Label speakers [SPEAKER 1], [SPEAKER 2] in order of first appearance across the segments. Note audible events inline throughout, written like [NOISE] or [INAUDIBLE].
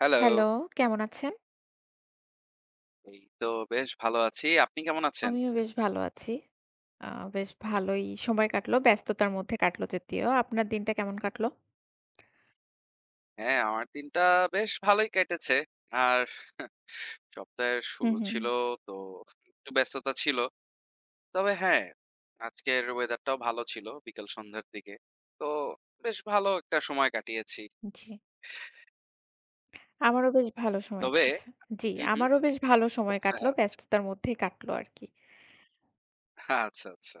[SPEAKER 1] Hello.
[SPEAKER 2] Hello, কেমন আছেন?
[SPEAKER 1] এই তো বেশ ভালো আছি। আপনি কেমন আছেন?
[SPEAKER 2] আমিও বেশ ভালো আছি। আ বেশ ভালোই সময় কাটলো। ব্যস্ততার মধ্যে কাটলো যদিও। আপনার দিনটা কেমন কাটলো?
[SPEAKER 1] হ্যাঁ, আমার দিনটা বেশ ভালোই কেটেছে। আর সপ্তাহের
[SPEAKER 2] হুম,
[SPEAKER 1] শুরু
[SPEAKER 2] হুম।
[SPEAKER 1] ছিল তো একটু ব্যস্ততা ছিল। তবে হ্যাঁ, আজকের ওয়েদারটাও ভালো ছিল বিকাল সন্ধ্যার দিকে। তো বেশ ভালো একটা সময় কাটিয়েছি।
[SPEAKER 2] জি। আমারও বেশ ভালো সময়
[SPEAKER 1] তবে
[SPEAKER 2] কেটেছে। জি,
[SPEAKER 1] হুম, হুম।
[SPEAKER 2] আমারও বেশ ভালো সময় কাটলো। ব্যস্ততার মধ্যেই কাটলো আরকি।
[SPEAKER 1] আচ্ছা, আচ্ছা, আচ্ছা।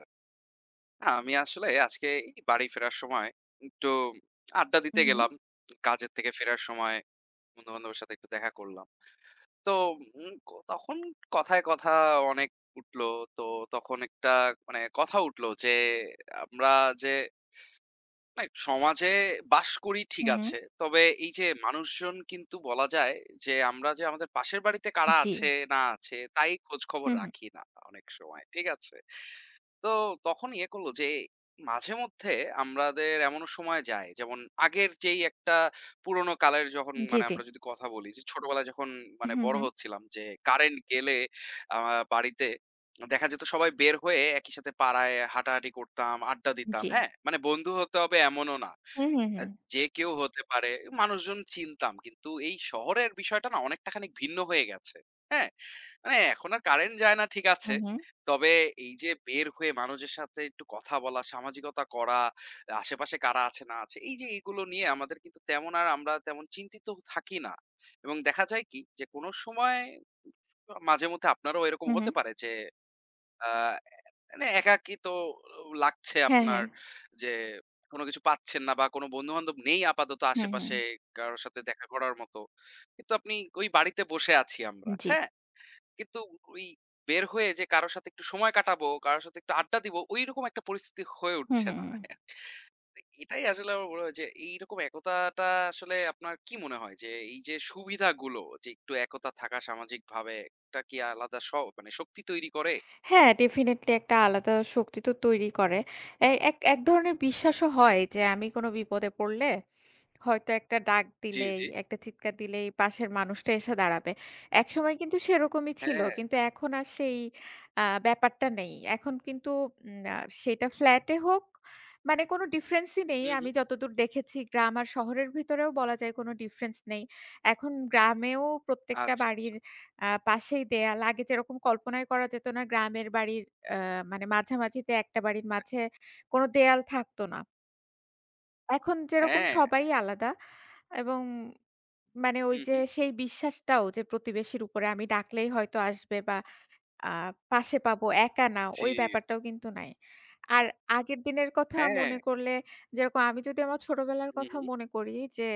[SPEAKER 1] না, আমি আসলে আজকে এই বাড়ি ফেরার সময় একটু আড্ডা দিতে
[SPEAKER 2] হুম, হুম।
[SPEAKER 1] গেলাম। কাজের থেকে ফেরার সময় বন্ধু-বান্ধবের সাথে একটু দেখা করলাম। তো উম ক তখন কথায় কথা অনেক উঠলো। তো তখন একটা মানে কথা উঠলো যে আমরা যে মানে সমাজে বাস করি, ঠিক
[SPEAKER 2] হুম, হুম।
[SPEAKER 1] আছে। তবে এই যে মানুষজন কিন্তু বলা যায় যে আমরা যে আমাদের পাশের বাড়িতে কারা
[SPEAKER 2] জি।
[SPEAKER 1] আছে না আছে তাই খোঁজ খবর
[SPEAKER 2] হুম, হুম।
[SPEAKER 1] রাখি না অনেক সময়। ঠিক আছে? তো তখন ইয়ে করলো যে মাঝে মধ্যে আমাদের এমন সময় যায় যেমন আগের যেই একটা পুরোনো কালের, যখন
[SPEAKER 2] জি,
[SPEAKER 1] মানে
[SPEAKER 2] জি।
[SPEAKER 1] আমরা যদি কথা বলি যে ছোটবেলায় যখন মানে
[SPEAKER 2] হুম,
[SPEAKER 1] বড়
[SPEAKER 2] হুম।
[SPEAKER 1] হচ্ছিলাম, যে কারেন্ট গেলে বাড়িতে দেখা যেত সবাই বের হয়ে একই সাথে পাড়ায় হাঁটাহাঁটি করতাম, আড্ডা দিতাম।
[SPEAKER 2] জি।
[SPEAKER 1] হ্যাঁ, মানে বন্ধু হতে হবে এমনও না।
[SPEAKER 2] হুম, হুম, হুম।
[SPEAKER 1] আহ, যে কেউ হতে পারে, মানুষজন চিনতাম কিন্তু এই শহরের বিষয়টা না অনেকটা খানিক ভিন্ন হয়ে গেছে। হ্যাঁ, মানে এখন আর কারেন্ট যায় না, ঠিক
[SPEAKER 2] হুম,
[SPEAKER 1] আছে।
[SPEAKER 2] হুম।
[SPEAKER 1] তবে এই যে বের হয়ে মানুষের সাথে একটু কথা বলা, সামাজিকতা করা, আশেপাশে কারা আছে না আছে, এই যে এগুলো নিয়ে আমাদের কিন্তু তেমন আর আমরা তেমন চিন্তিত থাকি না। এবং দেখা যায় কি যে কোন সময় মাঝে মধ্যে আপনারও এরকম
[SPEAKER 2] হুম,
[SPEAKER 1] হতে
[SPEAKER 2] হুম।
[SPEAKER 1] পারে যে আ মানে একাকী তো লাগছে
[SPEAKER 2] হ্যাঁ,
[SPEAKER 1] আপনার,
[SPEAKER 2] হ্যাঁ।
[SPEAKER 1] যে কোন কিছু পাচ্ছেন না বা কোন বন্ধু-বান্ধব নেই আপাতত
[SPEAKER 2] হুম, হুম।
[SPEAKER 1] আশেপাশে কারো সাথে দেখা করার মতো। কিন্তু আপনি ওই বাড়িতে বসে আছি আমরা।
[SPEAKER 2] জি।
[SPEAKER 1] হ্যাঁ? কিন্তু ওই বের হয়ে যে কারো সাথে একটু সময় কাটাবো, কারো সাথে একটু আড্ডা দিব, ওইরকম একটা পরিস্থিতি হয়ে
[SPEAKER 2] হুম,
[SPEAKER 1] উঠছে
[SPEAKER 2] হুম,
[SPEAKER 1] না।
[SPEAKER 2] হুম।
[SPEAKER 1] এটাই আসলে আমার মনে হয় যে এইরকম একতাটা আসলে আপনার কি মনে হয় যে এই যে সুবিধাগুলো, যে একটু একতা থাকা সামাজিকভাবে একটা কি আলাদা স মানে শক্তি তৈরি করে?
[SPEAKER 2] হ্যাঁ, ডেফিনিটলি একটা আলাদা শক্তি তো তৈরি করে। এক এক ধরনের
[SPEAKER 1] হুম, হুম।
[SPEAKER 2] বিশ্বাসও হয় যে আমি কোনো বিপদে পড়লে হয়তো একটা ডাক
[SPEAKER 1] জি,
[SPEAKER 2] দিলেই,
[SPEAKER 1] জি।
[SPEAKER 2] একটা চিৎকার দিলেই পাশের মানুষটা এসে দাঁড়াবে। একসময় কিন্তু সেরকমই ছিল।
[SPEAKER 1] হ্যাঁ।
[SPEAKER 2] কিন্তু এখন আর সেই ব্যাপারটা নেই। এখন কিন্তু উম আ সেটা ফ্ল্যাটে হোক, মানে কোনো ডিফারেন্সই নেই।
[SPEAKER 1] হুম, হুম।
[SPEAKER 2] আমি যতদূর দেখেছি গ্রাম আর শহরের ভিতরেও বলা যায় কোনো ডিফারেন্স নেই। এখন গ্রামেও প্রত্যেকটা
[SPEAKER 1] আচ্ছা,
[SPEAKER 2] বাড়ির
[SPEAKER 1] আচ্ছা।
[SPEAKER 2] পাশেই দেয়াল। আগে যেরকম কল্পনাই করা যেত না গ্রামের বাড়ির আ মানে মাঝামাঝিতে একটা বাড়ির মাঝে কোনো দেয়াল থাকতো না। এখন যেরকম
[SPEAKER 1] হ্যাঁ।
[SPEAKER 2] সবাই আলাদা এবং মানে ওই
[SPEAKER 1] হুম,
[SPEAKER 2] যে
[SPEAKER 1] হুম।
[SPEAKER 2] সেই বিশ্বাসটাও যে প্রতিবেশীর উপরে আমি ডাকলেই হয়তো আসবে বা আ পাশে পাবো, একা না
[SPEAKER 1] জি,
[SPEAKER 2] ওই
[SPEAKER 1] জি।
[SPEAKER 2] ব্যাপারটাও কিন্তু নাই। আর আগের দিনের কথা
[SPEAKER 1] হ্যাঁ।
[SPEAKER 2] মনে করলে যেরকম আমি যদি আমার ছোটবেলার
[SPEAKER 1] হুম,
[SPEAKER 2] কথা
[SPEAKER 1] হুম।
[SPEAKER 2] মনে করি যে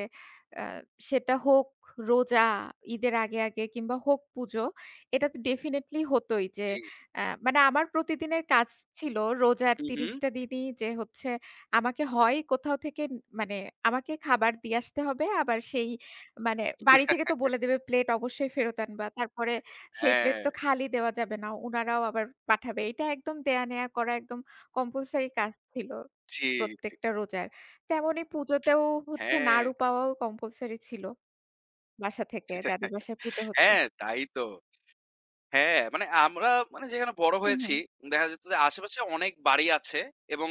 [SPEAKER 2] আ সেটা হোক রোজা, ঈদের আগে কিংবা হোক পুজো, এটা তো ডেফিনিটলি হতোই যে
[SPEAKER 1] জি, জি।
[SPEAKER 2] মানে আমার প্রতিদিনের কাজ ছিল রোজার
[SPEAKER 1] হুম, হুম।
[SPEAKER 2] ৩০ টা দিনই যে হচ্ছে আমাকে হয় কোথাও থেকে মানে আমাকে খাবার দিয়ে আসতে হবে। আবার সেই মানে বাড়ি থেকে তো বলে দেবে প্লেট অবশ্যই ফেরত আনবা। তারপরে সেই প্লেট
[SPEAKER 1] হ্যাঁ।
[SPEAKER 2] তো খালি দেওয়া যাবে না। উনারাও আবার পাঠাবে। এটা একদম দেয়া নেয়া করা একদম কম্পালসরি কাজ ছিল
[SPEAKER 1] জি, জি।
[SPEAKER 2] প্রত্যেকটা রোজার। তেমনি পুজোতেও হচ্ছে
[SPEAKER 1] হ্যাঁ।
[SPEAKER 2] নাড়ু পাওয়াও কম্পালসরি ছিল বাসা থেকে যাদের
[SPEAKER 1] [LAUGHS]
[SPEAKER 2] বাসায় পুজো হতো।
[SPEAKER 1] হ্যাঁ, তাই তো। হ্যাঁ, মানে আমরা মানে যেখানে বড়
[SPEAKER 2] হুম,
[SPEAKER 1] হয়েছি,
[SPEAKER 2] হুম,
[SPEAKER 1] দেখা যেত যে আশেপাশে অনেক বাড়ি আছে এবং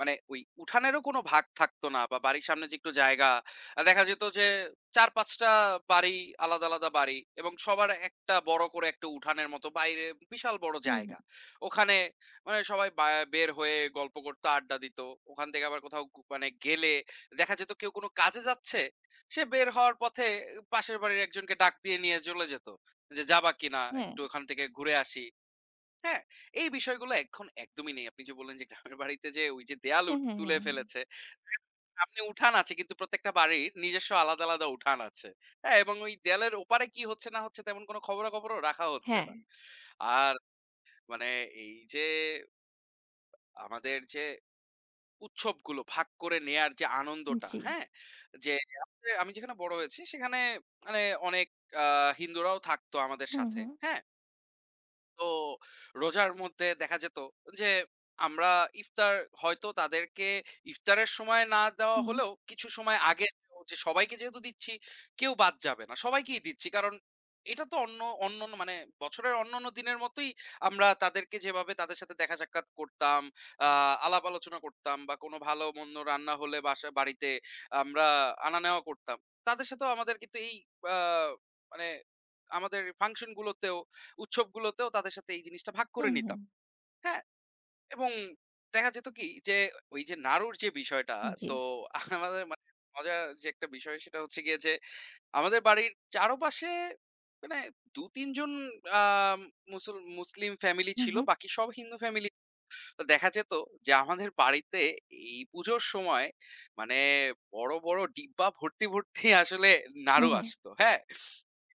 [SPEAKER 1] মানে ওই উঠানেরও কোনো ভাগ থাকতো না বা বাড়ির সামনে যে একটু জায়গা, দেখা যেত যে ৪-৫ টা বাড়ি, আলাদা, আলাদা বাড়ি এবং সবার একটা বড় করে একটা উঠানের মতো বাইরে বিশাল বড়
[SPEAKER 2] হুম,
[SPEAKER 1] জায়গা। ওখানে মানে সবাই বা বের হয়ে গল্প করত, আড্ডা দিত। ওখান থেকে আবার কোথাও মানে গেলে দেখা যেত কেউ কোনো কাজে যাচ্ছে, সে বের হওয়ার পথে পাশের বাড়ির একজনকে ডাক দিয়ে নিয়ে চলে যেত। যে যাবা কিনা?
[SPEAKER 2] হুম,
[SPEAKER 1] একটু ওখান থেকে ঘুরে আসি। হ্যাঁ? এই বিষয়গুলো এখন একদমই নেই। আপনি যে বললেন যে গ্রামের বাড়িতে যে ওই যে দেয়াল
[SPEAKER 2] হুম, হুম, হুম,
[SPEAKER 1] তুলে
[SPEAKER 2] হুম,
[SPEAKER 1] ফেলেছে। সামনে উঠান আছে কিন্তু প্রত্যেকটা বাড়ির নিজস্ব আলাদা, আলাদা উঠান আছে। হ্যাঁ? এবং ওই দেয়ালের ওপারে কি হচ্ছে না হচ্ছে তেমন কোনো খবরাখবরও রাখা হচ্ছে
[SPEAKER 2] হ্যাঁ,
[SPEAKER 1] না। আর মানে এই যে আমাদের যে উৎসবগুলো ভাগ করে নেয়ার যে আনন্দটা,
[SPEAKER 2] জি,
[SPEAKER 1] হ্যাঁ? যে আমি যেখানে বড় হয়েছি সেখানে মানে অনেক আ হিন্দুরাও থাকতো আমাদের
[SPEAKER 2] হুম,
[SPEAKER 1] সাথে।
[SPEAKER 2] হুম,
[SPEAKER 1] হ্যাঁ? তো রোজার মধ্যে দেখা যেত যে আমরা ইফতার হয়তো তাদেরকে ইফতারের সময় না দেওয়া
[SPEAKER 2] হুম,
[SPEAKER 1] হলেও কিছু সময় আগে, যে সবাইকে যেহেতু দিচ্ছি কেউ বাদ যাবে না, সবাইকেই দিচ্ছি, কারণ এটা তো অন্য অন্য মানে বছরের অন্যান্য দিনের মতোই আমরা তাদেরকে যেভাবে তাদের সাথে দেখা সাক্ষাৎ করতাম, আলাপ আলোচনা করতাম বা কোনো ভালো মন্দ রান্না হলে বাসা বাড়িতে আমরা আনা নেওয়া করতাম, তাদের সাথেও আমাদের কিন্তু এই আহ মানে আমাদের ফাংশন গুলোতেও উৎসবগুলোতেও তাদের সাথে এই জিনিসটা ভাগ করে
[SPEAKER 2] হুম,
[SPEAKER 1] নিতাম।
[SPEAKER 2] হুম,
[SPEAKER 1] হ্যাঁ? এবং দেখা যেত কি যে ওই যে নাড়ুর যে বিষয়টা,
[SPEAKER 2] জি,
[SPEAKER 1] তো আমাদের মানে মজার যে একটা বিষয় সেটা হচ্ছে গিয়ে যে আমাদের বাড়ির চারপাশে মানে ২-৩ জন আ মুসুল মুসলিম ফ্যামিলি
[SPEAKER 2] হুম,
[SPEAKER 1] ছিল।
[SPEAKER 2] হুম,
[SPEAKER 1] বাকি সব হিন্দু ফ্যামিলি। তো দেখা যেত যে আমাদের বাড়িতে এই পুজোর সময় মানে বড়, বড় ডিব্বা ভর্তি, ভর্তি আসলে
[SPEAKER 2] হুম,
[SPEAKER 1] নাড়ু
[SPEAKER 2] হুম,
[SPEAKER 1] আসতো। হ্যাঁ?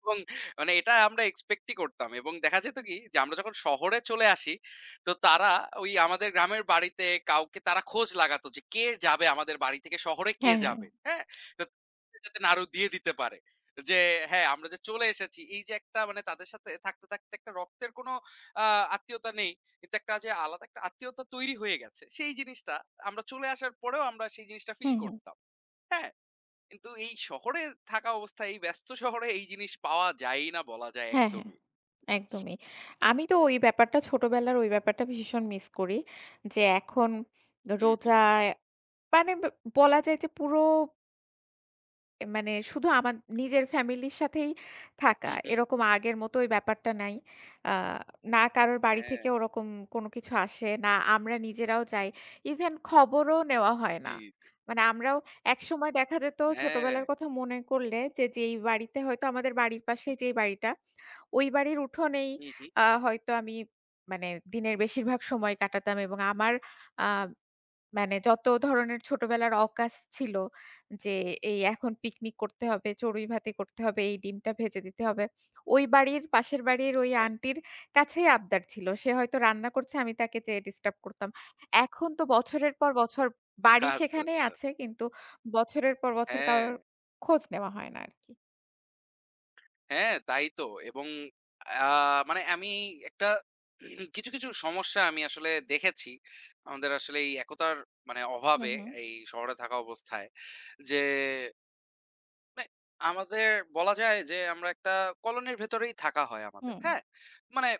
[SPEAKER 1] এবং মানে এটা আমরা এক্সপেক্টই করতাম এবং দেখা যেত কি যে আমরা যখন শহরে চলে আসি, তো তারা ওই আমাদের গ্রামের বাড়িতে কাউকে তারা খোঁজ লাগাতো যে কে যাবে আমাদের বাড়ি থেকে, শহরে কে
[SPEAKER 2] হ্যাঁ, হ্যাঁ,
[SPEAKER 1] যাবে। হ্যাঁ? তো যাতে নাড়ু দিয়ে দিতে পারে। যে হ্যাঁ, আমরা যে চলে এসেছি, এই যে একটা মানে তাদের সাথে থাকতে, থাকতে একটা রক্তের কোনো আ আত্মীয়তা নেই। কিন্তু একটা যে আলাদা একটা আত্মীয়তা তৈরি হয়ে গেছে সেই জিনিসটা আমরা চলে আসার পরেও আমরা সেই জিনিসটা ফিল
[SPEAKER 2] হুম, হুম।
[SPEAKER 1] করতাম। হ্যাঁ, কিন্তু এই শহরে থাকা অবস্থায় এই ব্যস্ত শহরে এই জিনিস পাওয়া যায় না বলা যায়
[SPEAKER 2] হ্যাঁ, হ্যাঁ।
[SPEAKER 1] একদমই।
[SPEAKER 2] একদমই। আমি তো ওই ব্যাপারটা ছোটবেলার ওই ব্যাপারটা ভীষণ মিস করি। যে এখন
[SPEAKER 1] হুম হুম
[SPEAKER 2] রোজায় মানে ব বলা যায় যে পুরো মানে শুধু আমার নিজের ফ্যামিলির সাথেই থাকা।
[SPEAKER 1] হুম হুম
[SPEAKER 2] এরকম আগের মতো ওই ব্যাপারটা নাই। আ না কারোর বাড়ি
[SPEAKER 1] হ্যাঁ
[SPEAKER 2] থেকে ওরকম কোনো কিছু আসে, না আমরা নিজেরাও যাই। ইভেন খবরও নেওয়া হয় না।
[SPEAKER 1] জি জি,
[SPEAKER 2] মানে আমরাও একসময় দেখা যেত
[SPEAKER 1] হ্যাঁ
[SPEAKER 2] ছোটবেলার কথা মনে করলে যে যেই বাড়িতে হয়তো আমাদের বাড়ির পাশে যেই বাড়িটা ওই বাড়ির উঠোনেই
[SPEAKER 1] হুম হুম
[SPEAKER 2] হয়তো আমি মানে দিনের বেশিরভাগ সময় কাটাতাম এবং আমার আ মানে যত ধরনের ছোটবেলার অকাশ ছিল যে এই এখন পিকনিক করতে হবে, চড়ুইভাতি করতে হবে, এই ডিমটা ভেজে দিতে হবে। ওই বাড়ির পাশের বাড়ির ওই
[SPEAKER 1] হ্যাঁ
[SPEAKER 2] আন্টির কাছেই আবদার ছিল। সে হয়তো রান্না করছে আমি তাকে যেয়ে ডিস্টার্ব করতাম। এখন তো বছরের পর বছর বাড়ি
[SPEAKER 1] আচ্ছা
[SPEAKER 2] সেখানেই
[SPEAKER 1] আচ্ছা
[SPEAKER 2] আছে কিন্তু বছরের পর বছর
[SPEAKER 1] হ্যাঁ,
[SPEAKER 2] কারোর খোঁজ নেওয়া হয় না আরকি।
[SPEAKER 1] হ্যাঁ, তাই তো। এবং মানে আমি একটা [CLEARS THROAT] কিছু কিছু সমস্যা আমি আসলে দেখেছি আমাদের আসলে এই একতার মানে
[SPEAKER 2] হুম,
[SPEAKER 1] অভাবে
[SPEAKER 2] হুম,
[SPEAKER 1] এই শহরে থাকা অবস্থায় যে মানে আমাদের বলা যায় যে আমরা একটা কলোনির ভেতরেই থাকা হয় আমাদের।
[SPEAKER 2] হুম,
[SPEAKER 1] হ্যাঁ? মানে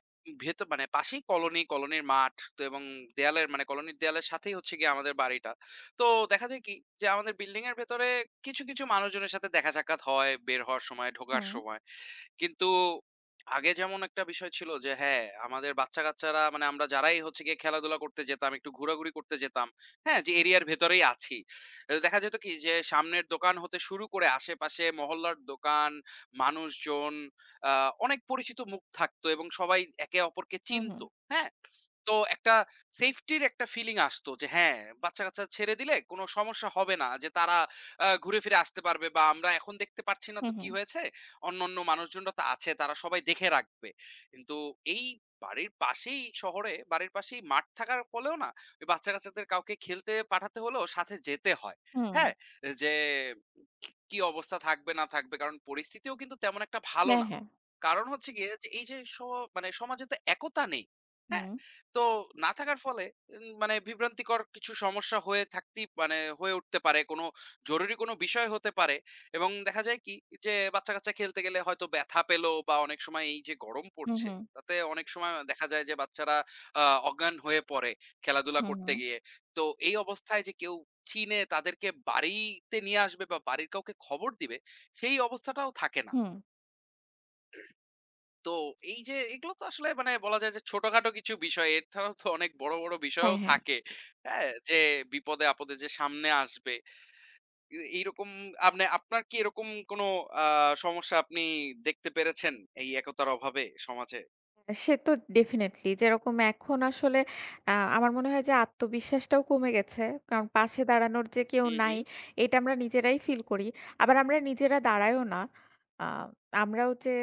[SPEAKER 1] ভেতর মানে পাশেই কলোনি, কলোনির মাঠ তো এবং দেয়ালের মানে কলোনির দেয়ালের সাথেই হচ্ছে গিয়ে আমাদের বাড়িটা। তো দেখা যায় কি যে আমাদের বিল্ডিং এর ভেতরে কিছু, কিছু মানুষজনের সাথে দেখা সাক্ষাৎ হয় বের হওয়ার সময়, ঢোকার
[SPEAKER 2] হুম,
[SPEAKER 1] সময়। কিন্তু আগে যেমন একটা বিষয় ছিল যে হ্যাঁ, আমাদের বাচ্চা-কাচ্চারা মানে আমরা যারাই হচ্ছে গিয়ে খেলাধুলা করতে যেতাম, একটু ঘোরাঘুরি করতে যেতাম। হ্যাঁ, যে এরিয়ার ভেতরেই আছি। এ দেখা যেত কি যে সামনের দোকান হতে শুরু করে আশেপাশে মহল্লার দোকান, মানুষজন আ অনেক পরিচিত মুখ থাকতো এবং সবাই একে অপরকে
[SPEAKER 2] হুম, হুম,
[SPEAKER 1] চিনতো। হ্যাঁ? তো একটা সেফটির একটা ফিলিং আসতো যে হ্যাঁ, বাচ্চা-কাচ্চা ছেড়ে দিলে কোন সমস্যা হবে না, যে তারা ঘুরে ফিরে আসতে পারবে বা আমরা এখন দেখতে পারছি না
[SPEAKER 2] হুম,
[SPEAKER 1] তো কি
[SPEAKER 2] হুম।
[SPEAKER 1] হয়েছে? অন্যান্য মানুষজনরা তো আছে, তারা সবাই দেখে রাখবে। কিন্তু এই বাড়ির পাশেই শহরে বাড়ির পাশেই মাঠ থাকার ফলেও না ওই বাচ্চা-কাচ্চাদের কাউকে খেলতে পাঠাতে হলেও সাথে যেতে হয়।
[SPEAKER 2] হুম।
[SPEAKER 1] হ্যাঁ? যে কি কি অবস্থা থাকবে না থাকবে, কারণ পরিস্থিতিও কিন্তু তেমন একটা ভালো
[SPEAKER 2] হ্যাঁ,
[SPEAKER 1] না।
[SPEAKER 2] হ্যাঁ।
[SPEAKER 1] কারণ হচ্ছে গিয়ে যে এই যে মানে সমাজে তো একতা নেই। হ্যাঁ?
[SPEAKER 2] হুম।
[SPEAKER 1] তো না থাকার ফলে মানে বিভ্রান্তিকর কিছু সমস্যা হয়ে থাকতেই মানে হয়ে উঠতে পারে, কোনো জরুরি কোনো বিষয় হতে পারে এবং দেখা যায় কি যে বাচ্চা কাচ্চা খেলতে গেলে হয়তো ব্যথা পেলো বা অনেক সময় এই যে গরম
[SPEAKER 2] হু,
[SPEAKER 1] পড়ছে,
[SPEAKER 2] হু,
[SPEAKER 1] তাতে অনেক সময় দেখা যায় যে বাচ্চারা অজ্ঞান হয়ে পড়ে খেলাধুলা
[SPEAKER 2] হু, হু,
[SPEAKER 1] করতে গিয়ে। তো এই অবস্থায় যে কেউ চিনে তাদেরকে বাড়িতে নিয়ে আসবে বা বাড়ির কাউকে খবর দিবে, সেই অবস্থাটাও থাকে না।
[SPEAKER 2] হুম।
[SPEAKER 1] তো এই যে এগুলো তো আসলে মানে বলা যায় যে ছোটখাটো কিছু বিষয়, এছাড়াও তো অনেক বড় বড় বিষয়ও
[SPEAKER 2] হ্যাঁ, হ্যাঁ।
[SPEAKER 1] থাকে। হ্যাঁ? যে বিপদে আপদে যে সামনে আসবে। এ এইরকম আপনি আপনার কি এরকম কোনো আ সমস্যা আপনি দেখতে পেরেছেন এই একতার অভাবে সমাজে?
[SPEAKER 2] সে তো ডেফিনিটলি যেরকম এখন আসলে আমার মনে হয় যে আত্মবিশ্বাসটাও কমে গেছে। কারণ পাশে দাঁড়ানোর যে কেউ
[SPEAKER 1] হুম,
[SPEAKER 2] নাই
[SPEAKER 1] হুম।
[SPEAKER 2] এটা আমরা নিজেরাই ফিল করি। আবার আমরা নিজেরা দাঁড়াইও না। আ আমরাও যে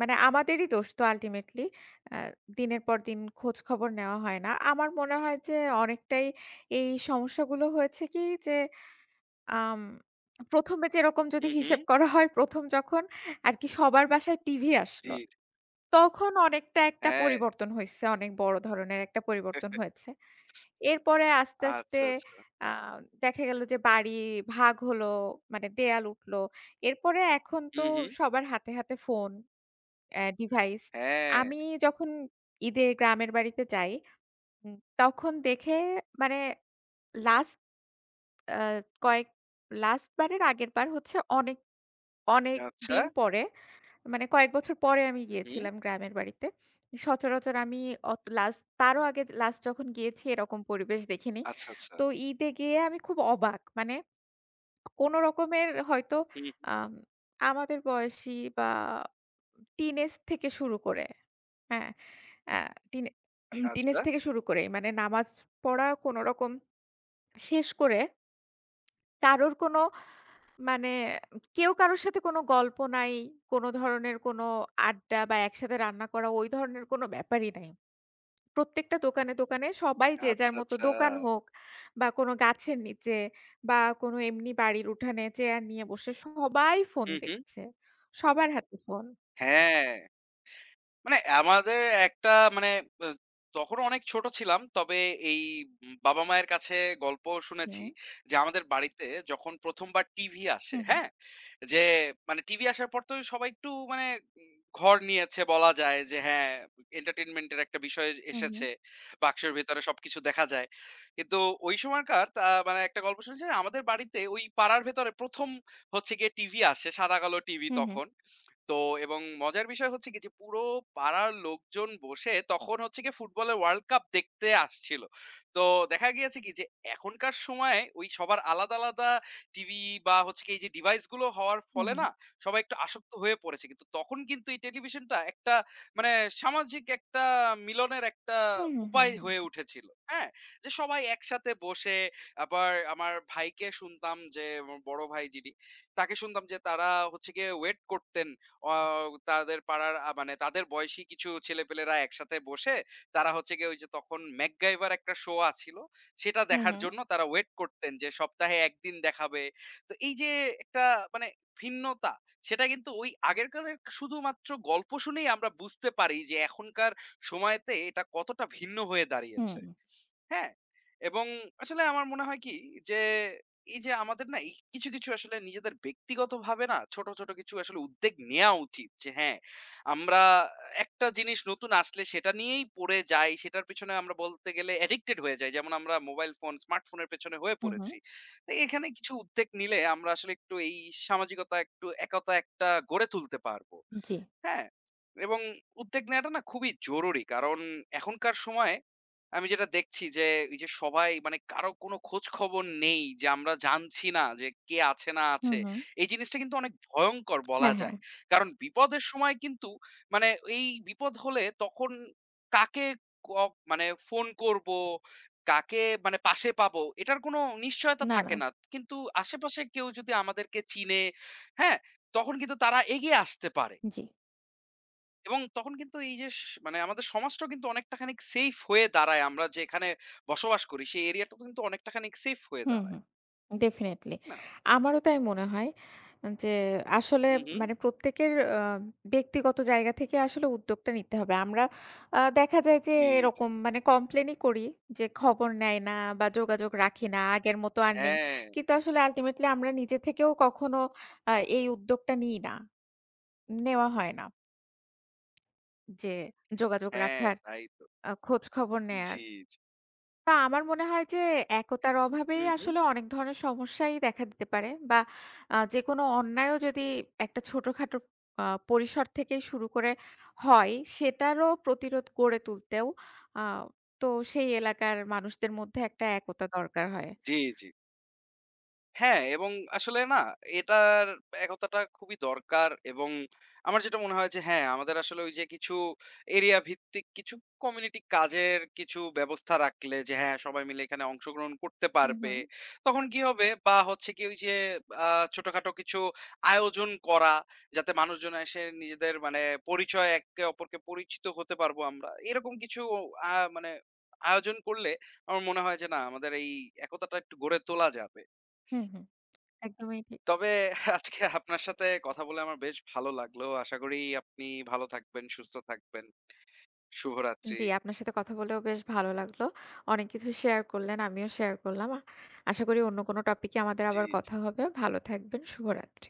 [SPEAKER 2] মানে আমাদেরই দোষ তো আল্টিমেটলি। আ দিনের পর দিন খোঁজ খবর নেওয়া হয় না। আমার মনে হয় যে অনেকটাই এই সমস্যাগুলো হয়েছে কি যে আম ১ম এ যেরকম যদি
[SPEAKER 1] হুম, হুম।
[SPEAKER 2] হিসেব করা হয়, ১ম যখন আরকি সবার বাসায় টিভি
[SPEAKER 1] জি,
[SPEAKER 2] আসলো,
[SPEAKER 1] জি।
[SPEAKER 2] তখন অনেকটা একটা
[SPEAKER 1] হ্যাঁ।
[SPEAKER 2] পরিবর্তন হইছে। অনেক বড় ধরনের একটা পরিবর্তন হয়েছে। এরপরে আস্তে, আস্তে
[SPEAKER 1] আচ্ছা, আচ্ছা।
[SPEAKER 2] আ দেখা গেল যে বাড়ি ভাগ হলো, মানে দেয়াল উঠলো। এরপরে এখন তো
[SPEAKER 1] হুম, হুম।
[SPEAKER 2] সবার হাতে, হাতে ফোন, ডিভাইস।
[SPEAKER 1] হ্যাঁ।
[SPEAKER 2] আমি যখন ঈদে গ্রামের বাড়িতে যাই, উম তখন দেখে মানে লাস্ট আ কয়েক লাস্ট বারের আগের বার হচ্ছে অনেক
[SPEAKER 1] আচ্ছা।
[SPEAKER 2] অনেকদিন পরে, মানে কয়েক বছর পরে আমি
[SPEAKER 1] হুম, হুম।
[SPEAKER 2] গিয়েছিলাম গ্রামের বাড়িতে। সচরাচর আমি অত লাস্ট তারও আগে লাস্ট যখন গিয়েছি এরকম পরিবেশ দেখিনি।
[SPEAKER 1] আচ্ছা, আচ্ছা।
[SPEAKER 2] তো ঈদে গিয়ে আমি খুব অবাক। মানে কোন রকমের হয়তো
[SPEAKER 1] হুম।
[SPEAKER 2] আম আমাদের বয়সী বা টিনেজ থেকে শুরু করে, হ্যাঁ, অ্যা টিনে টিনেজ
[SPEAKER 1] আচ্ছা।
[SPEAKER 2] [CLEARS THROAT] থেকে শুরু করে মানে নামাজ পড়া কোনরকম শেষ করে কারোর কোন মানে কেউ কারো সাথে কোনো গল্প নাই, কোনো ধরনের কোনো আড্ডা বা একসাথে রান্না করা ওই ধরনের কোনো ব্যাপারই নাই। প্রত্যেকটা দোকানে, দোকানে সবাই যে
[SPEAKER 1] আচ্ছা,
[SPEAKER 2] যার মতো
[SPEAKER 1] আচ্ছা।
[SPEAKER 2] দোকান হোক বা কোনো গাছের নিচে বা কোনো এমনি বাড়ির উঠানে চেয়ার নিয়ে বসে সবাই ফোন
[SPEAKER 1] হুম, হুম।
[SPEAKER 2] দেখছে। সবার হাতে ফোন।
[SPEAKER 1] হ্যাঁ। মানে আমাদের একটা মানে আ তখন অনেক ছোট ছিলাম। তবে এই বাবা-মায়ের কাছে গল্প শুনেছি
[SPEAKER 2] হুম,
[SPEAKER 1] যে, আমাদের বাড়িতে যখন ১ম বার টিভি আসে,
[SPEAKER 2] হুম, হুম,
[SPEAKER 1] হ্যাঁ? যে মানে টিভি আসার পর তো সবাই একটু মানে উম ঘর নিয়েছে, বলা যায় যে হ্যাঁ, entertainment এর একটা বিষয়
[SPEAKER 2] হুম, হুম,
[SPEAKER 1] এসেছে। বাক্সের ভেতরে সবকিছু দেখা যায়। কিন্তু ওই সময়কার তা মানে একটা গল্প শুনেছি যে, আমাদের বাড়িতে ওই পাড়ার ভেতরে ১ম হচ্ছে গিয়ে টিভি আসে, সাদা-কালো টিভি
[SPEAKER 2] হুম,
[SPEAKER 1] তখন। তো এবং মজার বিষয় হচ্ছে কি যে পুরো পাড়ার লোকজন বসে তখন হচ্ছে কি ফুটবলের ওয়ার্ল্ড কাপ দেখতে আসছিল। তো দেখা গিয়েছে কি যে এখনকার সময়ে ওই সবার আলাদা, আলাদা টিভি বা হচ্ছে কি এই যে ডিভাইস গুলো হওয়ার ফলে
[SPEAKER 2] হুম,
[SPEAKER 1] না সবাই একটু আসক্ত হয়ে পড়েছে। কিন্তু তখন কিন্তু এই টেলিভিশনটা একটা মানে সামাজিক একটা মিলনের একটা
[SPEAKER 2] হুম, হুম, হুম,
[SPEAKER 1] উপায়
[SPEAKER 2] হুম,
[SPEAKER 1] হয়ে উঠেছিল। হ্যাঁ? যে সবাই একসাথে বসে, আবার আমার ভাইকে শুনতাম যে আমার বড় ভাই যিনি, তাকে শুনতাম যে তারা হচ্ছে গিয়ে ওয়েট করতেন অ তাদের পাড়ার মানে তাদের বয়সী কিছু ছেলেপেলেরা একসাথে বসে তারা হচ্ছে গিয়ে ওই যে তখন ম্যাকগাইভার একটা শো আছিল। সেটা
[SPEAKER 2] হুম,
[SPEAKER 1] দেখার
[SPEAKER 2] হুম,
[SPEAKER 1] জন্য তারা ওয়েট করতেন যে সপ্তাহে ১ দিন দেখাবে। তো এই যে একটা মানে ভিন্নতা সেটা কিন্তু ওই আগেরকারের শুধুমাত্র গল্প শুনেই আমরা বুঝতে পারি যে এখনকার সময়তে এটা কতটা ভিন্ন হয়ে
[SPEAKER 2] হুম,
[SPEAKER 1] দাঁড়িয়েছে।
[SPEAKER 2] হুম,
[SPEAKER 1] হ্যাঁ, এবং আসলে আমার মনে হয় কি যে, এই যে আমাদের না এই কিছু, কিছু আসলে নিজেদের ব্যক্তিগতভাবে না ছোট, ছোট কিছু আসলে উদ্যোগ নেয়া উচিত। যে হ্যাঁ, আমরা একটা জিনিস নতুন আসলে সেটা নিয়েই পড়ে যাই। সেটার পিছনে আমরা বলতে গেলে অ্যাডিক্টেড হয়ে যাই। যেমন আমরা মোবাইল ফোন, স্মার্টফোনের পেছনে হয়ে
[SPEAKER 2] হুম, হুম
[SPEAKER 1] পড়েছি। তো এখানে কিছু উদ্যোগ নিলে আমরা আসলে একটু এই সামাজিকতা, একটু একতা একটা গড়ে তুলতে পারব।
[SPEAKER 2] জি।
[SPEAKER 1] হ্যাঁ, এবং উদ্যোগ নেওয়াটা না খুবই জরুরি। কারণ এখনকার সময়ে আমি যেটা দেখছি যে, এই যে সবাই মানে কারো কোনো খোঁজ খবর নেই, যে আমরা জানছি না যে কে আছে না
[SPEAKER 2] হুম,
[SPEAKER 1] আছে।
[SPEAKER 2] হুম।
[SPEAKER 1] এই জিনিসটা কিন্তু অনেক ভয়ংকর বলা
[SPEAKER 2] হ্যাঁ, হ্যাঁ।
[SPEAKER 1] যায়। কারণ বিপদের সময় কিন্তু মানে এই বিপদ হলে তখন কাকে ক মানে ফোন করব, কাকে মানে পাশে পাবো, এটার কোনো নিশ্চয়তা
[SPEAKER 2] না, না।
[SPEAKER 1] থাকে না। কিন্তু আশেপাশে কেউ যদি আমাদেরকে চিনে, হ্যাঁ? তখন কিন্তু তারা এগিয়ে আসতে পারে।
[SPEAKER 2] জি।
[SPEAKER 1] এবং তখন কিন্তু এই যে মানে আমাদের সমাজটাও কিন্তু অনেকটা খানিক সেফ হয়ে দাঁড়ায়। আমরা যেখানে বসবাস করি সেই এরিয়াটাও কিন্তু অনেকটা খানিক সেফ হয়ে
[SPEAKER 2] হুম,
[SPEAKER 1] দাঁড়ায়।
[SPEAKER 2] হুম। ডেফিনিটলি।
[SPEAKER 1] ঠিক না?
[SPEAKER 2] আমারও তাই মনে হয় যে আসলে
[SPEAKER 1] হু, হু।
[SPEAKER 2] মানে প্রত্যেকের ব্যক্তিগত জায়গা থেকে আসলে উদ্যোগটা নিতে হবে। আমরা দেখা যায় যে
[SPEAKER 1] জি, জি।
[SPEAKER 2] এরকম মানে কমপ্লেনই করি যে খবর নেয় না বা যোগাযোগ রাখি না, আগের মতো আর নেই।
[SPEAKER 1] হ্যাঁ,
[SPEAKER 2] কিন্তু আসলে আল্টিমেটলি আমরা নিজে থেকেও কখনো এই উদ্যোগটা নিই না। নেওয়া হয় না যে যোগাযোগ
[SPEAKER 1] হ্যাঁ,
[SPEAKER 2] রাখার,
[SPEAKER 1] তাই তো।
[SPEAKER 2] খোঁজ খবর নেয়ার।
[SPEAKER 1] জি, জি।
[SPEAKER 2] না, আমার মনে হয় যে একতার
[SPEAKER 1] হু,
[SPEAKER 2] অভাবেই
[SPEAKER 1] হু।
[SPEAKER 2] আসলে অনেক ধরনের সমস্যাই দেখা দিতে পারে বা যেকোনো অন্যায়ও যদি একটা ছোটখাটো আ পরিসর থেকেই শুরু করে হয়, সেটারও প্রতিরোধ গড়ে তুলতেও আ তো সেই এলাকার মানুষদের মধ্যে একটা একতা দরকার হয়।
[SPEAKER 1] জি, জি। হ্যাঁ, এবং আসলে না এটার একতাটা খুবই দরকার এবং আমার যেটা মনে হয় যে হ্যাঁ, আমাদের আসলে ওই যে কিছু এরিয়া ভিত্তিক কিছু কমিউনিটি কাজের কিছু ব্যবস্থা রাখলে, যে হ্যাঁ, সবাই মিলে এখানে অংশগ্রহণ করতে
[SPEAKER 2] হু, হু।
[SPEAKER 1] পারবে। তখন কি হবে বা হচ্ছে কি ওই যে আ ছোটখাটো কিছু আয়োজন করা যাতে মানুষজন এসে নিজেদের মানে পরিচয় একে অপরকে পরিচিত হতে পারবো আমরা। এরকম কিছু আ মানে আয়োজন করলে আমার মনে হয় যে না আমাদের এই একতাটা একটু গড়ে তোলা যাবে।
[SPEAKER 2] হু, হু। একদমই ঠিক।
[SPEAKER 1] তবে আজকে আপনার সাথে কথা বলে আমার বেশ ভালো লাগলো। আশা করি আপনি ভালো থাকবেন, সুস্থ থাকবেন। শুভরাত্রি।
[SPEAKER 2] জি, আপনার সাথে কথা বলেও বেশ ভালো লাগলো। অনেক কিছু শেয়ার করলেন, আমিও শেয়ার করলাম। আশা করি অন্য কোনো টপিকে আমাদের
[SPEAKER 1] জি।
[SPEAKER 2] আবার কথা হবে। ভালো থাকবেন। শুভরাত্রি।